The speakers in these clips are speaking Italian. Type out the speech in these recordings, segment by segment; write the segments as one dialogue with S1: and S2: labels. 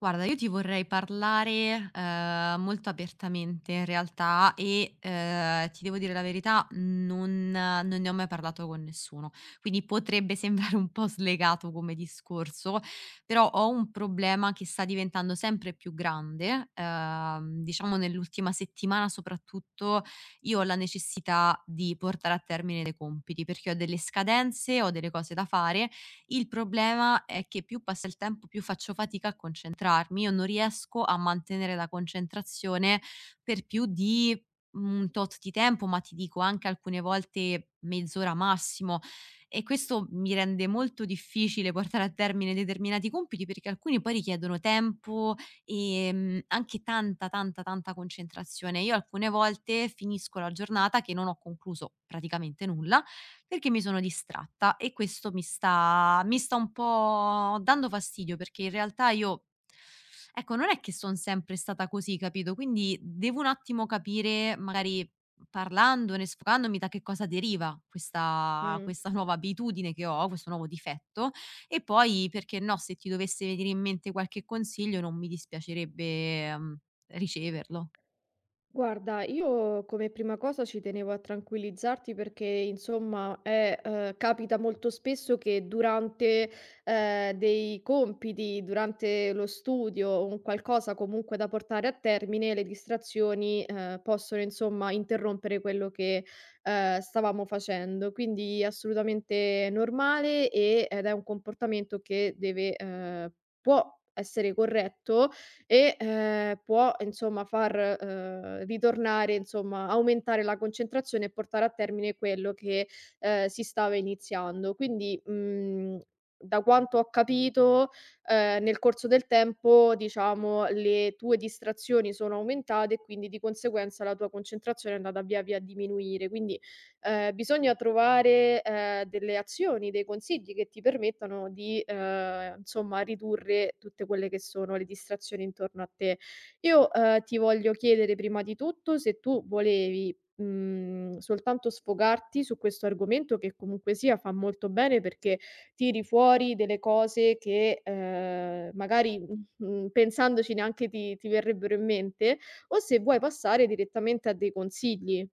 S1: Guarda, io ti vorrei parlare, molto apertamente in realtà e, ti devo dire la verità, non ne ho mai parlato con nessuno. Quindi potrebbe sembrare un po' slegato come discorso, però ho un problema che sta diventando sempre più grande. Diciamo nell'ultima settimana soprattutto io ho la necessità di portare a termine dei compiti, perché ho delle scadenze, ho delle cose da fare. Il problema è che più passa il tempo, più faccio fatica a concentrarmi. Io non riesco a mantenere la concentrazione per più di un tot di tempo, ma ti dico anche alcune volte mezz'ora massimo. E questo mi rende molto difficile portare a termine determinati compiti perché alcuni poi richiedono tempo e anche tanta, tanta, tanta concentrazione. Io alcune volte finisco la giornata che non ho concluso praticamente nulla perché mi sono distratta e questo mi sta un po' dando fastidio, perché in realtà io, ecco, non è che son sempre stata così, capito, quindi devo un attimo capire, magari parlandone, sfogandomi, da che cosa deriva questa
S2: Mh.
S1: questa nuova abitudine che ho, questo nuovo difetto, e poi perché no, se ti dovesse venire in mente qualche consiglio non mi dispiacerebbe, mhmm, riceverlo.
S2: Guarda, io come prima cosa ci tenevo a tranquillizzarti perché insomma è capita molto spesso che durante dei compiti, durante lo studio o un qualcosa comunque da portare a termine, le distrazioni possono insomma interrompere quello che stavamo facendo. Quindi assolutamente normale ed è un comportamento che deve può essere corretto, può insomma far ritornare insomma aumentare la concentrazione e portare a termine quello che si stava iniziando. Quindi, da quanto ho capito, nel corso del tempo diciamo le tue distrazioni sono aumentate e quindi di conseguenza la tua concentrazione è andata via via a diminuire. Quindi, bisogna trovare, delle azioni, dei consigli che ti permettano di, insomma ridurre tutte quelle che sono le distrazioni intorno a te. Io ti voglio chiedere prima di tutto se tu volevi, soltanto sfogarti su questo argomento che comunque sia fa molto bene perché tiri fuori delle cose che magari, pensandoci neanche ti verrebbero in mente o se vuoi passare direttamente a dei consigli.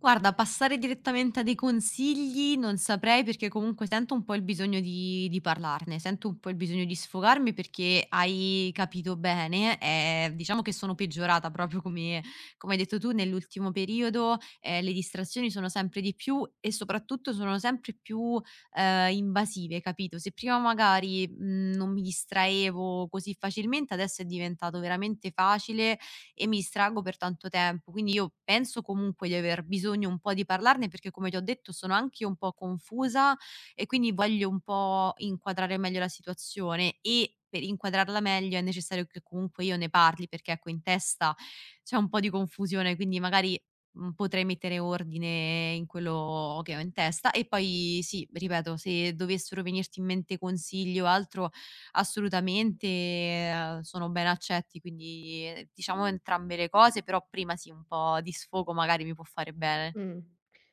S1: Guarda, passare direttamente a dei consigli non saprei perché comunque sento un po' il bisogno di parlarne, sento un po' il bisogno di sfogarmi perché hai capito bene, diciamo che sono peggiorata proprio come come hai detto tu nell'ultimo periodo, le distrazioni sono sempre di più e soprattutto sono sempre più, invasive, capito? Se prima magari, mhmm, non mi distraevo così facilmente, adesso è diventato veramente facile e mi distraggo per tanto tempo. Quindi io penso comunque di aver bisogno un po' di parlarne perché come ti ho detto sono anche io un po' confusa e quindi voglio un po' inquadrare meglio la situazione e per inquadrarla meglio è necessario che comunque io ne parli perché ecco in testa c'è un po' di confusione, quindi magari potrei mettere ordine in quello che ho in testa e poi sì, ripeto, se dovessero venirti in mente consigli o altro assolutamente, sono ben accetti, quindi, diciamo entrambe le cose, però prima sì, un po' di sfogo magari mi può fare bene.
S2: Mh.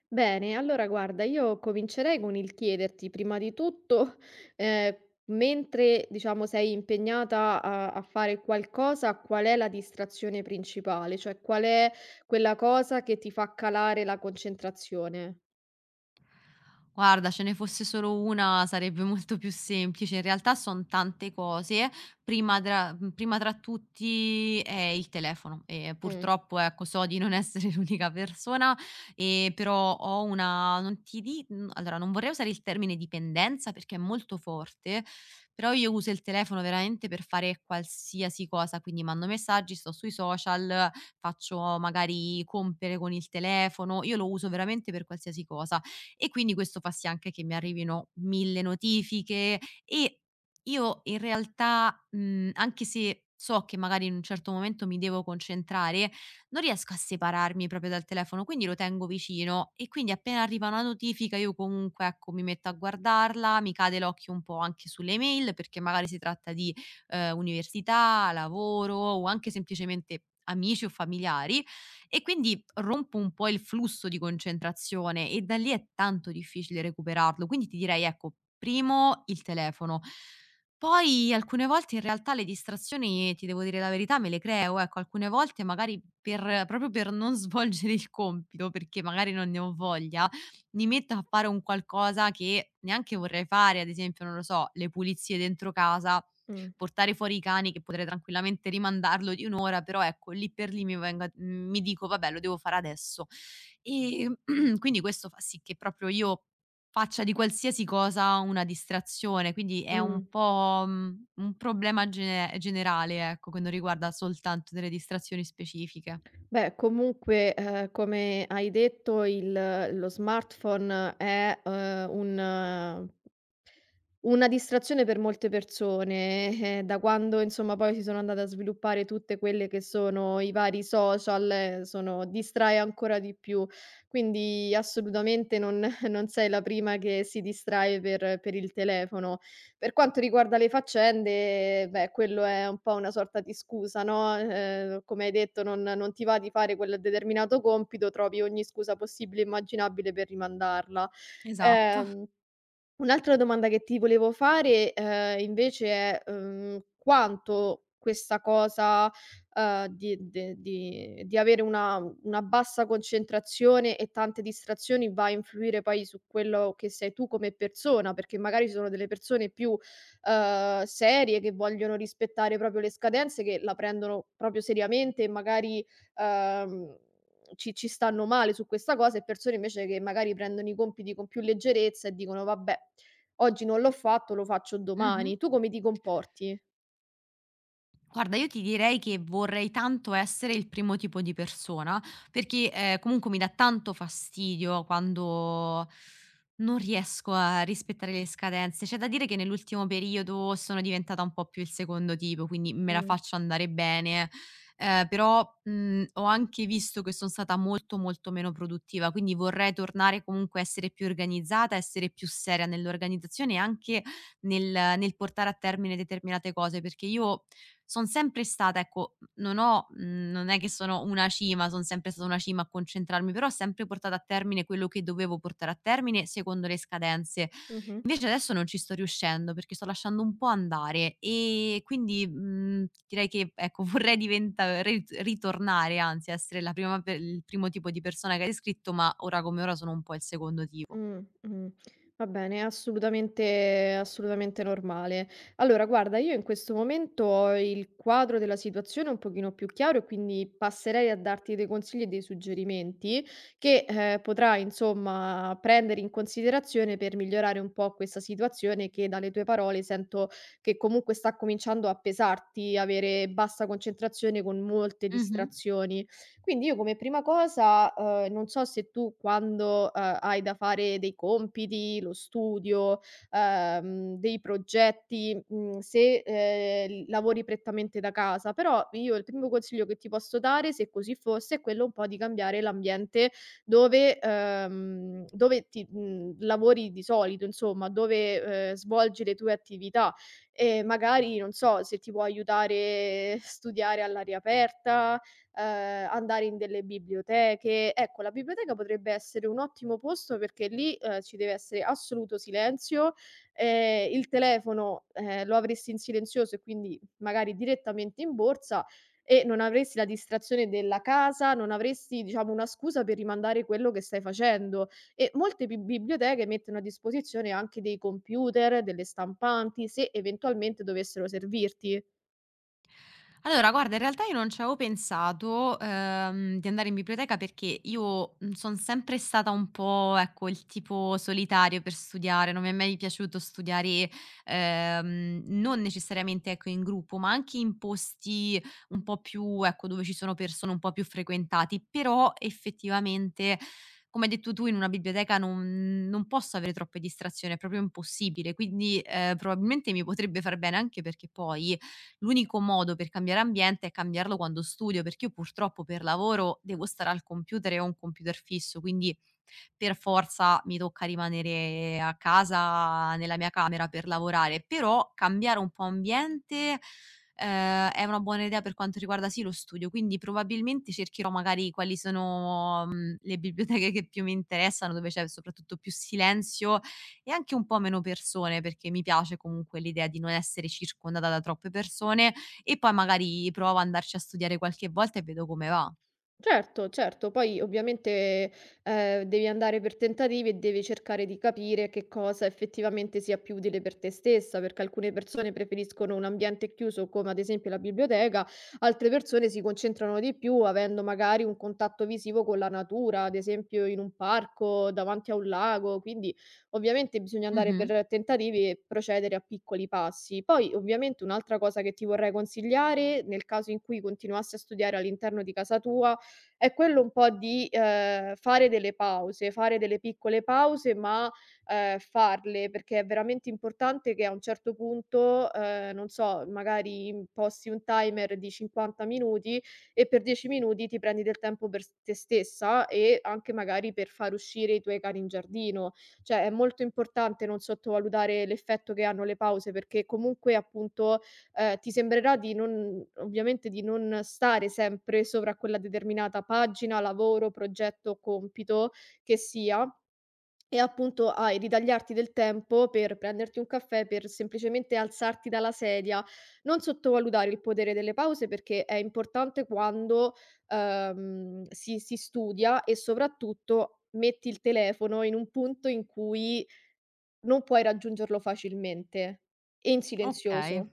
S2: Bene, allora guarda, io comincerei con il chiederti prima di tutto, ehm, mentre diciamo sei impegnata a fare qualcosa, qual è la distrazione principale? Cioè qual è quella cosa che ti fa calare la concentrazione?
S1: Guarda, ce ne fosse solo una sarebbe molto più semplice. In realtà son tante cose. Prima tra tutti è il telefono e
S2: Mh,
S1: purtroppo, ecco, so di non essere l'unica persona, però ho una non ti di mhmm, allora non vorrei usare il termine dipendenza perché è molto forte, però io uso il telefono veramente per fare qualsiasi cosa, quindi mando messaggi, sto sui social, faccio magari compere con il telefono, io lo uso veramente per qualsiasi cosa e quindi questo fa sì anche che mi arrivino 1.000 notifiche e io in realtà, mhmm, anche se so che magari in un certo momento mi devo concentrare, non riesco a separarmi proprio dal telefono, quindi lo tengo vicino e quindi appena arriva una notifica io comunque, ecco, mi metto a guardarla, mi cade l'occhio un po' anche sulle mail perché magari si tratta di, università, lavoro o anche semplicemente amici o familiari e quindi rompo un po' il flusso di concentrazione e da lì è tanto difficile recuperarlo. Quindi ti direi, ecco, primo il telefono. Poi alcune volte in realtà le distrazioni, ti devo dire la verità, me le creo, ecco, alcune volte magari per proprio per non svolgere il compito, perché magari non ne ho voglia, mi metto a fare un qualcosa che neanche vorrei fare, ad esempio, non lo so, le pulizie dentro casa,
S2: mh,
S1: portare fuori i cani, che potrei tranquillamente rimandarlo di 1 ora, però ecco, lì per lì mi dico: "Vabbè, lo devo fare adesso". Ehm, quindi questo fa sì che proprio io faccia di qualsiasi cosa una distrazione, quindi è un
S2: mh.
S1: po', mhmm, un problema generale, ecco, che non riguarda soltanto delle distrazioni specifiche.
S2: Beh, comunque, come hai detto il lo smartphone è un eh, una distrazione per molte persone, da quando insomma poi si sono andate a sviluppare tutte quelle che sono i vari social, sono distrae ancora di più. Quindi assolutamente non non sei la prima che si distrae per il telefono. Per quanto riguarda le faccende, beh, quello è un po' una sorta di scusa, no, come hai detto non ti va di fare quel determinato compito, trovi ogni scusa possibile e immaginabile per rimandarla.
S1: Esatto.
S2: Ehm Un'altra domanda che ti volevo fare, invece è quanto questa cosa, di de di avere una bassa concentrazione e tante distrazioni va a influire poi su quello che sei tu come persona, perché magari ci sono delle persone più, serie che vogliono rispettare proprio le scadenze, che la prendono proprio seriamente e magari, uhm, ci stanno male su questa cosa e persone invece che magari prendono i compiti con più leggerezza e dicono: "Vabbè". Oggi non l'ho fatto, lo faccio
S1: Mh-mh.
S2: domani. Tu come ti comporti?
S1: Guarda, io ti direi che vorrei tanto essere il primo tipo di persona, perché, comunque mi dà tanto fastidio quando non riesco a rispettare le scadenze. C'è da dire che nell'ultimo periodo sono diventata un po' più il secondo tipo, quindi me la
S2: Mh.
S1: faccio andare bene, però, mhmm, ho anche visto che son stata molto, molto meno produttiva, quindi vorrei tornare comunque a essere più organizzata, essere più seria nell'organizzazione e anche nel nel portare a termine determinate cose, perché io son sempre stata, ecco, non ho mhmm, non è che sono una cima, son sempre stata una cima a concentrarmi, però ho sempre portato a termine quello che dovevo portare a termine secondo le scadenze.
S2: Mh-mh.
S1: Invece adesso non ci sto riuscendo perché sto lasciando un po' andare e quindi, mhmm, direi che ecco, vorrei diventa re ritornare anzi a essere la prima pe il primo tipo di persona che hai descritto, ma ora come ora sono un po' il secondo tipo.
S2: Mh, mh. Va bene, è assolutamente normale. Allora guarda, io in questo momento ho il quadro della situazione un pochino più chiaro e quindi passerei a darti dei consigli e dei suggerimenti che, potrai insomma prendere in considerazione per migliorare un po' questa situazione che dalle tue parole sento che comunque sta cominciando a pesarti, avere bassa concentrazione con molte
S1: Mh-mh.
S2: distrazioni. Quindi io come prima cosa, non so se tu quando, hai da fare dei compiti, lo studio, dei progetti, se lavori prettamente da casa, però io il primo consiglio che ti posso dare, se così fosse, è quello un po' di cambiare l'ambiente dove lavori di solito, insomma, dove, svolgi le tue attività e magari, non so, se ti può aiutare a studiare all'aria aperta, andare in delle biblioteche. Ecco, la biblioteca potrebbe essere un ottimo posto perché lì, ci deve essere assoluto silenzio, il telefono, lo avresti in silenzioso e quindi magari direttamente in borsa e non avresti la distrazione della casa, non avresti diciamo una scusa per rimandare quello che stai facendo. E molte bi biblioteche mettono a disposizione anche dei computer, delle stampanti, se eventualmente dovessero servirti.
S1: Allora, guarda, in realtà io non ci avevo pensato, di andare in biblioteca perché io sono sempre stata un po', ecco, il tipo solitario per studiare, non mi è mai piaciuto studiare, non necessariamente, ecco, in gruppo, ma anche in posti un po' più, ecco, dove ci sono persone un po' più frequentati, però effettivamente, come hai detto tu, in una biblioteca non, non posso avere troppe distrazioni, è proprio impossibile, quindi probabilmente mi potrebbe far bene anche perché poi l'unico modo per cambiare ambiente è cambiarlo quando studio, perché io purtroppo per lavoro devo stare al computer e ho un computer fisso, quindi per forza mi tocca rimanere a casa nella mia camera per lavorare, però cambiare un po' ambiente, è una buona idea per quanto riguarda, sì, lo studio, quindi probabilmente cercherò magari quali sono, mhmm, le biblioteche che più mi interessano, dove c'è soprattutto più silenzio e anche un po' meno persone, perché mi piace comunque l'idea di non essere circondata da troppe persone e poi magari provo ad andarci a studiare qualche volta e vedo come va.
S2: Certo, certo. Poi ovviamente, devi andare per tentativi e devi cercare di capire che cosa effettivamente sia più utile per te stessa, perché alcune persone preferiscono un ambiente chiuso come ad esempio la biblioteca, altre persone si concentrano di più avendo magari un contatto visivo con la natura, ad esempio in un parco, davanti a un lago, quindi ovviamente bisogna andare
S1: Mh-mh.
S2: per tentativi e procedere a piccoli passi. Poi ovviamente un'altra cosa che ti vorrei consigliare, nel caso in cui continuassi a studiare all'interno di casa tua è quello un po' di, fare delle pause, fare delle piccole pause, ma, farle, perché è veramente importante che a un certo punto, non so, magari imposti un timer di 50 minuti e per 10 minuti ti prendi del tempo per s te stessa e anche magari per far uscire i tuoi cari in giardino. Cioè, è molto importante non sottovalutare l'effetto che hanno le pause perché comunque, appunto, ti sembrerà di non ovviamente di non stare sempre sopra a quella determinata pagina, lavoro, progetto o compito che sia, e appunto hai ritagliarti del tempo per prenderti un caffè, per semplicemente alzarti dalla sedia. Non sottovalutare il potere delle pause perché è importante quando, si studia e soprattutto metti il telefono in un punto in cui non puoi raggiungerlo facilmente e in
S1: Okay.
S2: silenzioso.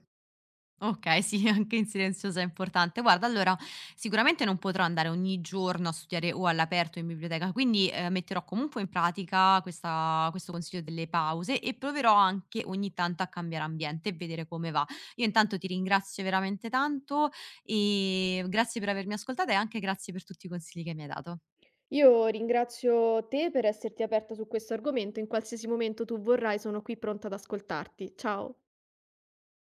S1: Okay, sì, anche in silenziosa è importante. Guarda, allora sicuramente non potrò andare ogni giorno a studiare o all'aperto in biblioteca, quindi, metterò comunque in pratica questa questo consiglio delle pause e proverò anche ogni tanto a cambiare ambiente e vedere come va. Io intanto ti ringrazio veramente tanto e grazie per avermi ascoltata e anche grazie per tutti i consigli che mi hai dato.
S2: Io ringrazio te per esserti aperta su questo argomento, in qualsiasi momento tu vorrai sono qui pronta ad ascoltarti. Ciao.